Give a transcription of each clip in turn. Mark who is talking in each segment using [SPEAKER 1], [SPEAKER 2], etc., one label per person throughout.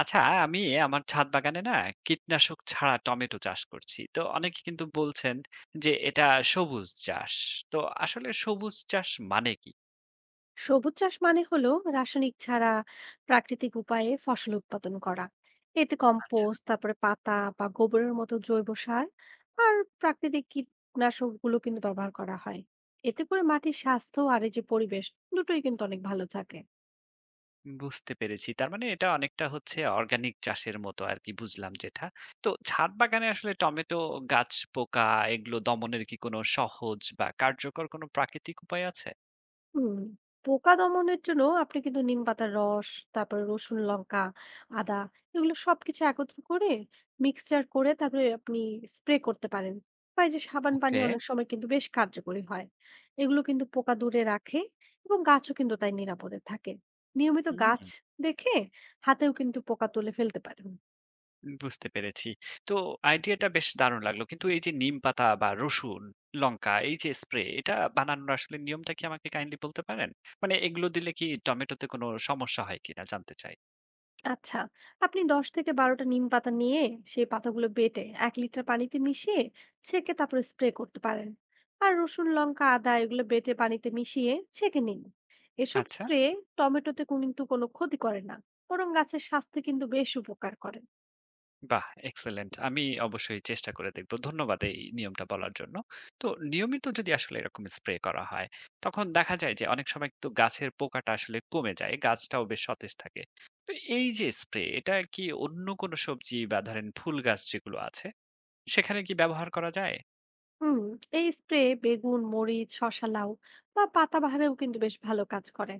[SPEAKER 1] আচ্ছা, আমি আমার ছাদ বাগানে না কীটনাশক ছাড়া টমেটো চাষ করছি। তো অনেকে কিন্তু বলছেন যে এটা সবুজ চাষ। তো আসলে সবুজ চাষ মানে কি?
[SPEAKER 2] সবুজ চাষ মানে হলো রাসায়নিক ছাড়া প্রাকৃতিক উপায়ে ফসল উৎপাদন করা। এতে
[SPEAKER 1] আচ্ছা।
[SPEAKER 2] কম্পোস্ট, তারপরে পাতা বা গোবরের মতো জৈব সার আর প্রাকৃতিক কীটনাশক গুলো কিন্তু ব্যবহার করা হয়। এতে করে মাটির স্বাস্থ্য আর এই যে পরিবেশ, দুটোই কিন্তু অনেক ভালো থাকে।
[SPEAKER 1] বুঝতে পেরেছি। তার মানে এটা অনেকটা হচ্ছে অর্গানিক চাষের মতো আরকি বুঝলাম যেটা। তো ছাদ বাগানে আসলে টমেটো গাছ পোকা এগুলো দমনের কি কোনো সহজ বা কার্যকর কোনো প্রাকৃতিক উপায় আছে?
[SPEAKER 2] হুম, পোকা দমনের জন্য আপনি কিন্তু নিম পাতার রস, তারপরে রসুন, লঙ্কা, আদা, এগুলো সবকিছু একত্র করে মিক্সচার করে তারপরে আপনি স্প্রে করতে পারেন, বা এই যে সাবান পানি
[SPEAKER 1] ওকে।
[SPEAKER 2] অনেক সময় কিন্তু বেশ কার্যকরী হয়। এগুলো কিন্তু পোকা দূরে রাখে এবং গাছও কিন্তু তাই নিরাপদে থাকে। নিয়মিত গাছ
[SPEAKER 1] হুম।
[SPEAKER 2] দেখে হাতেও কিন্তু পোকা তুলে ফেলতে পারেন।
[SPEAKER 1] বুঝতে পেরেছি। তো আইডিয়াটা বেশ দারুণ লাগলো। কিন্তু এই যে নিম পাতা বা রসুন, লঙ্কা এই যে স্প্রে এটা বানানোর আসলে নিয়মটা কি আমাকে কাইন্ডলি বলতে পারেন? মানে এগুলো দিলে কি টমেটোতে কোনো সমস্যা হয় কিনা জানতে চাই।
[SPEAKER 2] আচ্ছা, আপনি ১০ থেকে ১২টা নিম পাতা নিয়ে সেই পাতাগুলো বেটে ১ লিটার পানিতে মিশিয়ে ছেঁকে তারপরে স্প্রে করতে পারেন। আর রসুন, লঙ্কা, আদা এগুলো বেটে পানিতে মিশিয়ে ছেঁকে নিন। এসব
[SPEAKER 1] আচ্ছা,
[SPEAKER 2] স্প্রে টমেটোতে কিন্তু কোনো ক্ষতি করে না, বরং গাছের স্বাস্থ্যে কিন্তু বেশ উপকার করে।
[SPEAKER 1] বাহ! এক্সেলেন্ট। আমি অবশ্যই চেষ্টা করে দেখব। ধন্যবাদ এই নিয়মটা বলার জন্য। তো নিয়মিত যদি আসলে এরকম স্প্রে করা হয়, তখন দেখা যায় যে অনেক সময় কিন্তু গাছের পোকাটা আসলে কমে যায়। গাছটাও বেশ সতেজ থাকে। তো এই যে স্প্রে এটা কি অন্য কোনো সবজি বা ধরেন ফুল গাছ যেগুলো আছে সেখানে কি ব্যবহার করা যায়?
[SPEAKER 2] হুম এই স্প্রে বেগুন, মরিচ, শসা, লাউ বা পাতাবাহারেও কিন্তু বেশ ভালো কাজ করে।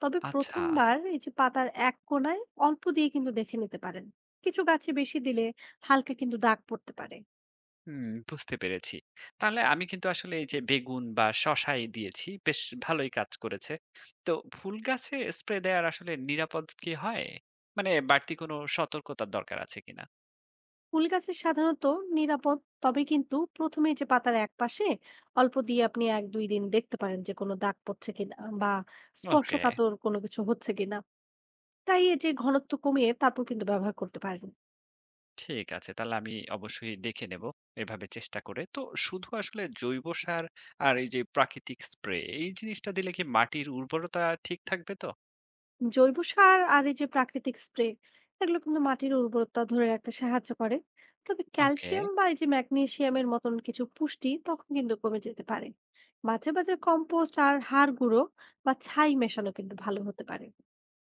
[SPEAKER 2] তবে
[SPEAKER 1] আচ্ছা,
[SPEAKER 2] প্রথমবার এই যে পাতার এক কোণায় অল্প দিয়ে কিন্তু দেখে নিতে পারেন। কিছু গাছে বেশি দিলে হালকা কিন্তু দাগ পড়তে পারে।
[SPEAKER 1] হুম বুঝতে পেরেছি। তাহলে আমি কিন্তু আসলে এই যে বেগুন বা শশায় দিয়েছি, বেশ ভালোই কাজ করেছে। তো ফুল গাছে স্প্রে দেওয়ার আসলে নিরাপদ কি হয়? মানে বাড়তি কোনো সতর্কতার দরকার আছে কিনা?
[SPEAKER 2] ফুল গাছের সাধারণত নিরাপদ, তবে কিন্তু প্রথমে যে পাতার এক পাশে অল্প দিয়ে আপনি এক দুই দিন দেখতে পারেন যে কোনো দাগ পড়ছে কিনা বা
[SPEAKER 1] ওকে,
[SPEAKER 2] স্পর্শকাতর কোনো কিছু হচ্ছে কিনা। তাই এই যে ঘনত্ব কমিয়ে তারপর কিন্তু ব্যবহার করতে পারেন।
[SPEAKER 1] ঠিক আছে। তাহলে আমি অবশ্যই দেখে নেব এভাবে চেষ্টা করে। তো শুধু আসলে জৈব সার আর এই যে প্রাকৃতিক স্প্রে এই জিনিসটা দিলে কি মাটির উর্বরতা ঠিক থাকবে তো?
[SPEAKER 2] জৈব সার আর এই যে প্রাকৃতিক স্প্রে, এগুলো কিন্তু মাটির উর্বরতা ধরে রাখতে সাহায্য করে। তবে
[SPEAKER 1] ওকে।
[SPEAKER 2] ক্যালসিয়াম বা এই যে ম্যাগনেসিয়ামের মতন কিছু পুষ্টি তখন কিন্তু কমে যেতে পারে। মাঝে মাঝে কম্পোস্ট আর হাড় গুঁড়ো বা ছাই মেশানো কিন্তু ভালো হতে পারে।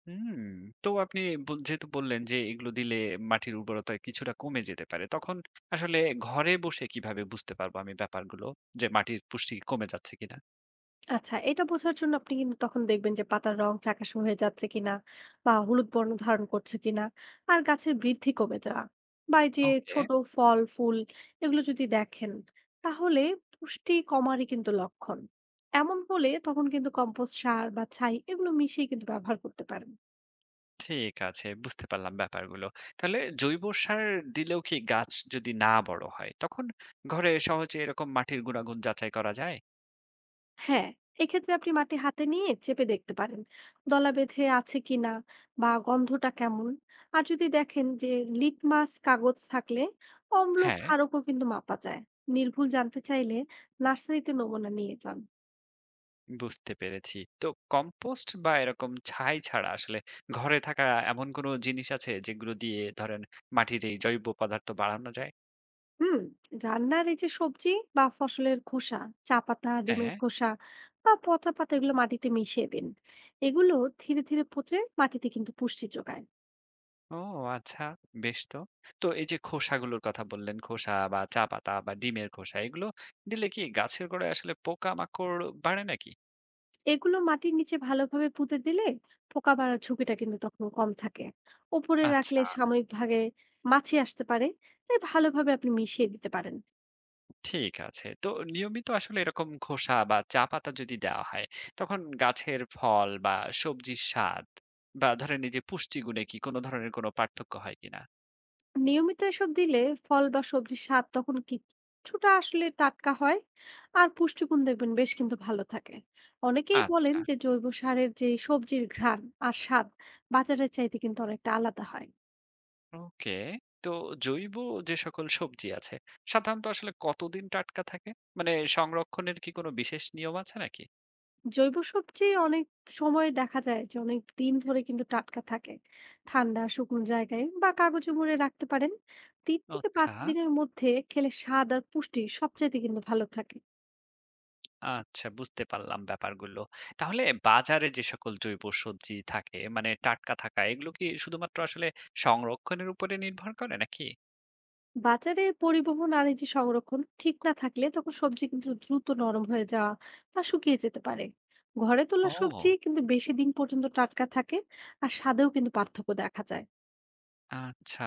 [SPEAKER 1] হুম। তো আপনি যেহেতু বললেন যে এগুলো দিলে মাটির উর্বরতা কিছুটা কমে যেতে পারে। তখন আসলে ঘরে বসে কিভাবে বুঝতে পারবো আমি ব্যাপারগুলো? যে মাটির পুষ্টি কমে যাচ্ছে কিনা?
[SPEAKER 2] আচ্ছা, এটা বোঝার জন্য আপনি কিন্তু তখন দেখবেন যে পাতার রং ফ্যাকাশে হয়ে যাচ্ছে কিনা বা হলুদ বর্ণ ধারণ করছে কিনা। আর গাছের বৃদ্ধি কমে যাওয়া বা এই যে
[SPEAKER 1] ওকে,
[SPEAKER 2] ছোট ফল ফুল, এগুলো যদি দেখেন তাহলে পুষ্টি কমারই কিন্তু লক্ষণ। এমন হলে তখন কিন্তু কম্পোস্ট সার বা ছাই এগুলো মিশিয়ে কিন্তু ব্যবহার করতে পারেন।
[SPEAKER 1] ঠিক আছে। বুঝতে পারলাম ব্যাপারগুলো। তাহলে জৈব সার দিলেও কি গাছ যদি না বড় হয়, তখন ঘরে সহজে এরকম মাটির গুণাগুণ যাচাই করা যায়?
[SPEAKER 2] হ্যাঁ, এক্ষেত্রে আপনি মাটি হাতে নিয়ে চেপে দেখতে পারেন দলা বেঁধে আছে কিনা বা গন্ধটা কেমন। আর যদি দেখেন যে লিটমাস কাগজ থাকলে অম্ল
[SPEAKER 1] হ্যাঁ।
[SPEAKER 2] ক্ষারকও কিন্তু মাপা যায়। নির্ভুল জানতে চাইলে নার্সারিতে নমুনা নিয়ে যান।
[SPEAKER 1] বুঝতে পেরেছি। তো কম্পোস্ট বা এরকম ছাই ছাড়া আসলে ঘরে থাকা এমন কোনো জিনিস আছে যেগুলো দিয়ে ধরেন মাটির এই জৈব পদার্থ বাড়ানো যায়?
[SPEAKER 2] হুম রান্নার এই যে সবজি বা ফসলের খোসা, চা পাতা, ডিমের
[SPEAKER 1] হ্যাঁ।
[SPEAKER 2] খোসা বা পচা পাতা, এগুলো মাটিতে মিশিয়ে দিন। এগুলো ধীরে ধীরে পচে মাটিতে কিন্তু পুষ্টি যোগায়।
[SPEAKER 1] ও আচ্ছা, বেশ তো। তো এই যে খোসাগুলোর কথা বললেন, খোসা বা চা পাতা বা ডিমের খোসা এগুলো দিলে কি গাছের গোড়ায় আসলে পোকামাকড় বাড়ে নাকি?
[SPEAKER 2] এগুলো মাটির নিচে ভালোভাবে পুঁতে দিলে পোকা মারার ঝুঁকিটা কিন্তু তখন কম থাকে। ওপরে
[SPEAKER 1] আচ্ছা।
[SPEAKER 2] রাখলে সাময়িকভাবে মাছি আসতে পারে, তাই ভালোভাবে আপনি মিশিয়ে দিতে পারেন।
[SPEAKER 1] ঠিক আছে। তো নিয়মিত আসলে এরকম খোসা বা চা পাতা যদি দেওয়া হয়, তখন গাছের ফল বা সবজির স্বাদ বা ধরেন এই যে পুষ্টিগুণে কি কোনো ধরনের কোনো পার্থক্য হয় কিনা?
[SPEAKER 2] নিয়মিত এসব দিলে ফল বা সবজির স্বাদ তখন কিছুটা আসলে টাটকা হয়, আর পুষ্টিগুণ দেখবেন বেশ কিন্তু ভালো থাকে। অনেকেই বলেন
[SPEAKER 1] আচ্ছা,
[SPEAKER 2] যে জৈব সারের যে সবজির ঘ্রাণ আর স্বাদ বাজারের চাইতে কিন্তু অনেকটা আলাদা হয়।
[SPEAKER 1] ওকে। তো জৈব যে সকল সবজি আছে, সাধারণত আসলে কতদিন টাটকা থাকে? মানে সংরক্ষণের কি কোনো বিশেষ নিয়ম আছে নাকি?
[SPEAKER 2] জৈব সবজি অনেক সময় দেখা যায় যে অনেক দিন ধরে কিন্তু টাটকা থাকে। ঠান্ডা, শুকনো জায়গায় বা কাগজে মুড়ে রাখতে পারেন।
[SPEAKER 1] আচ্ছা।
[SPEAKER 2] ৩-৫ দিনের মধ্যে খেলে স্বাদ আর পুষ্টি সবচাইতে কিন্তু ভালো থাকে।
[SPEAKER 1] আচ্ছা, বুঝতে পারলাম ব্যাপারগুলো। তাহলে বাজারে যে সকল জৈব সবজি থাকে মানে টাটকা থাকা এগুলো কি শুধুমাত্র আসলে সংরক্ষণের উপরে নির্ভর করে নাকি?
[SPEAKER 2] বাজারে পরিবহন আর এই যে সংরক্ষণ ঠিক না থাকলে তখন সবজি কিন্তু দ্রুত নরম হয়ে যাওয়া বা শুকিয়ে যেতে পারে। ঘরে তোলা সবজি
[SPEAKER 1] ও!
[SPEAKER 2] কিন্তু বেশি দিন পর্যন্ত টাটকা থাকে আর স্বাদেও কিন্তু পার্থক্য দেখা যায়।
[SPEAKER 1] আচ্ছা।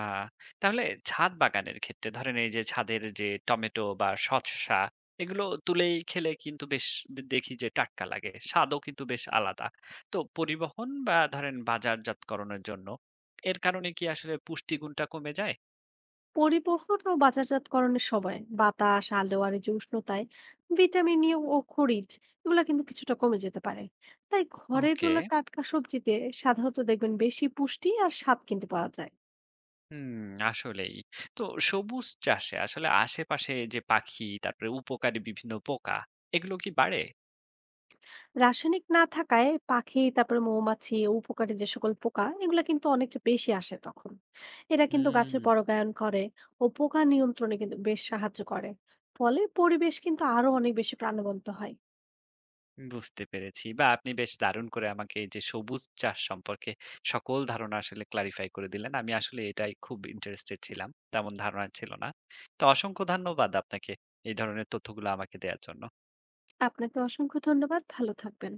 [SPEAKER 1] তাহলে ছাদ বাগানের ক্ষেত্রে ধরেন এই যে ছাদের যে টমেটো বা শসা এগুলো তুলেই খেলে কিন্তু বেশ দেখি যে টাটকা লাগে। স্বাদও কিন্তু বেশ আলাদা। তো পরিবহন বা ধরেন বাজারজাতকরণের জন্য এর কারণে কি আসলে পুষ্টিগুণটা কমে যায়?
[SPEAKER 2] পরিবহন ও বাজারজাতকরণের সময় বাতাস, আলো আর এই যে উষ্ণতায় ভিটামিন ই ও খনিজ, এগুলা কিন্তু কিছুটা কমে যেতে পারে। তাই ঘরে
[SPEAKER 1] ওকে।
[SPEAKER 2] তোলা টাটকা সবজিতে সাধারণত দেখবেন বেশি পুষ্টি আর স্বাদ কিন্তু পাওয়া যায়।
[SPEAKER 1] হুম, আসলেই। তো সবুজ চাষে আসলে আশেপাশে যে পাখি, তারপরে উপকারী বিভিন্ন পোকা, এগুলো কি বাড়ে?
[SPEAKER 2] রাসায়নিক না থাকায় পাখি, তারপরে মৌমাছি, উপকারী যে সকল পোকা, এগুলা কিন্তু অনেকটা বেশি আসে তখন। এরা কিন্তু গাছের
[SPEAKER 1] হুম,
[SPEAKER 2] পরাগায়ন করে ও পোকা নিয়ন্ত্রণে কিন্তু বেশ সাহায্য করে। ফলে পরিবেশ কিন্তু আরো অনেক বেশি প্রাণবন্ত হয়।
[SPEAKER 1] বুঝতে পেরেছি। বা আপনি বেশ দারুণ করে আমাকে এই যে সবুজ চাষ সম্পর্কে সকল ধারণা আসলে ক্লারিফাই করে দিলেন। আমি আসলে এটাই খুব ইন্টারেস্টেড ছিলাম। তেমন ধারণা ছিল না। তো অসংখ্য ধন্যবাদ আপনাকে এই ধরনের তথ্যগুলো আমাকে দেয়ার জন্য।
[SPEAKER 2] আপনাকে অসংখ্য ধন্যবাদ। ভালো থাকবেন।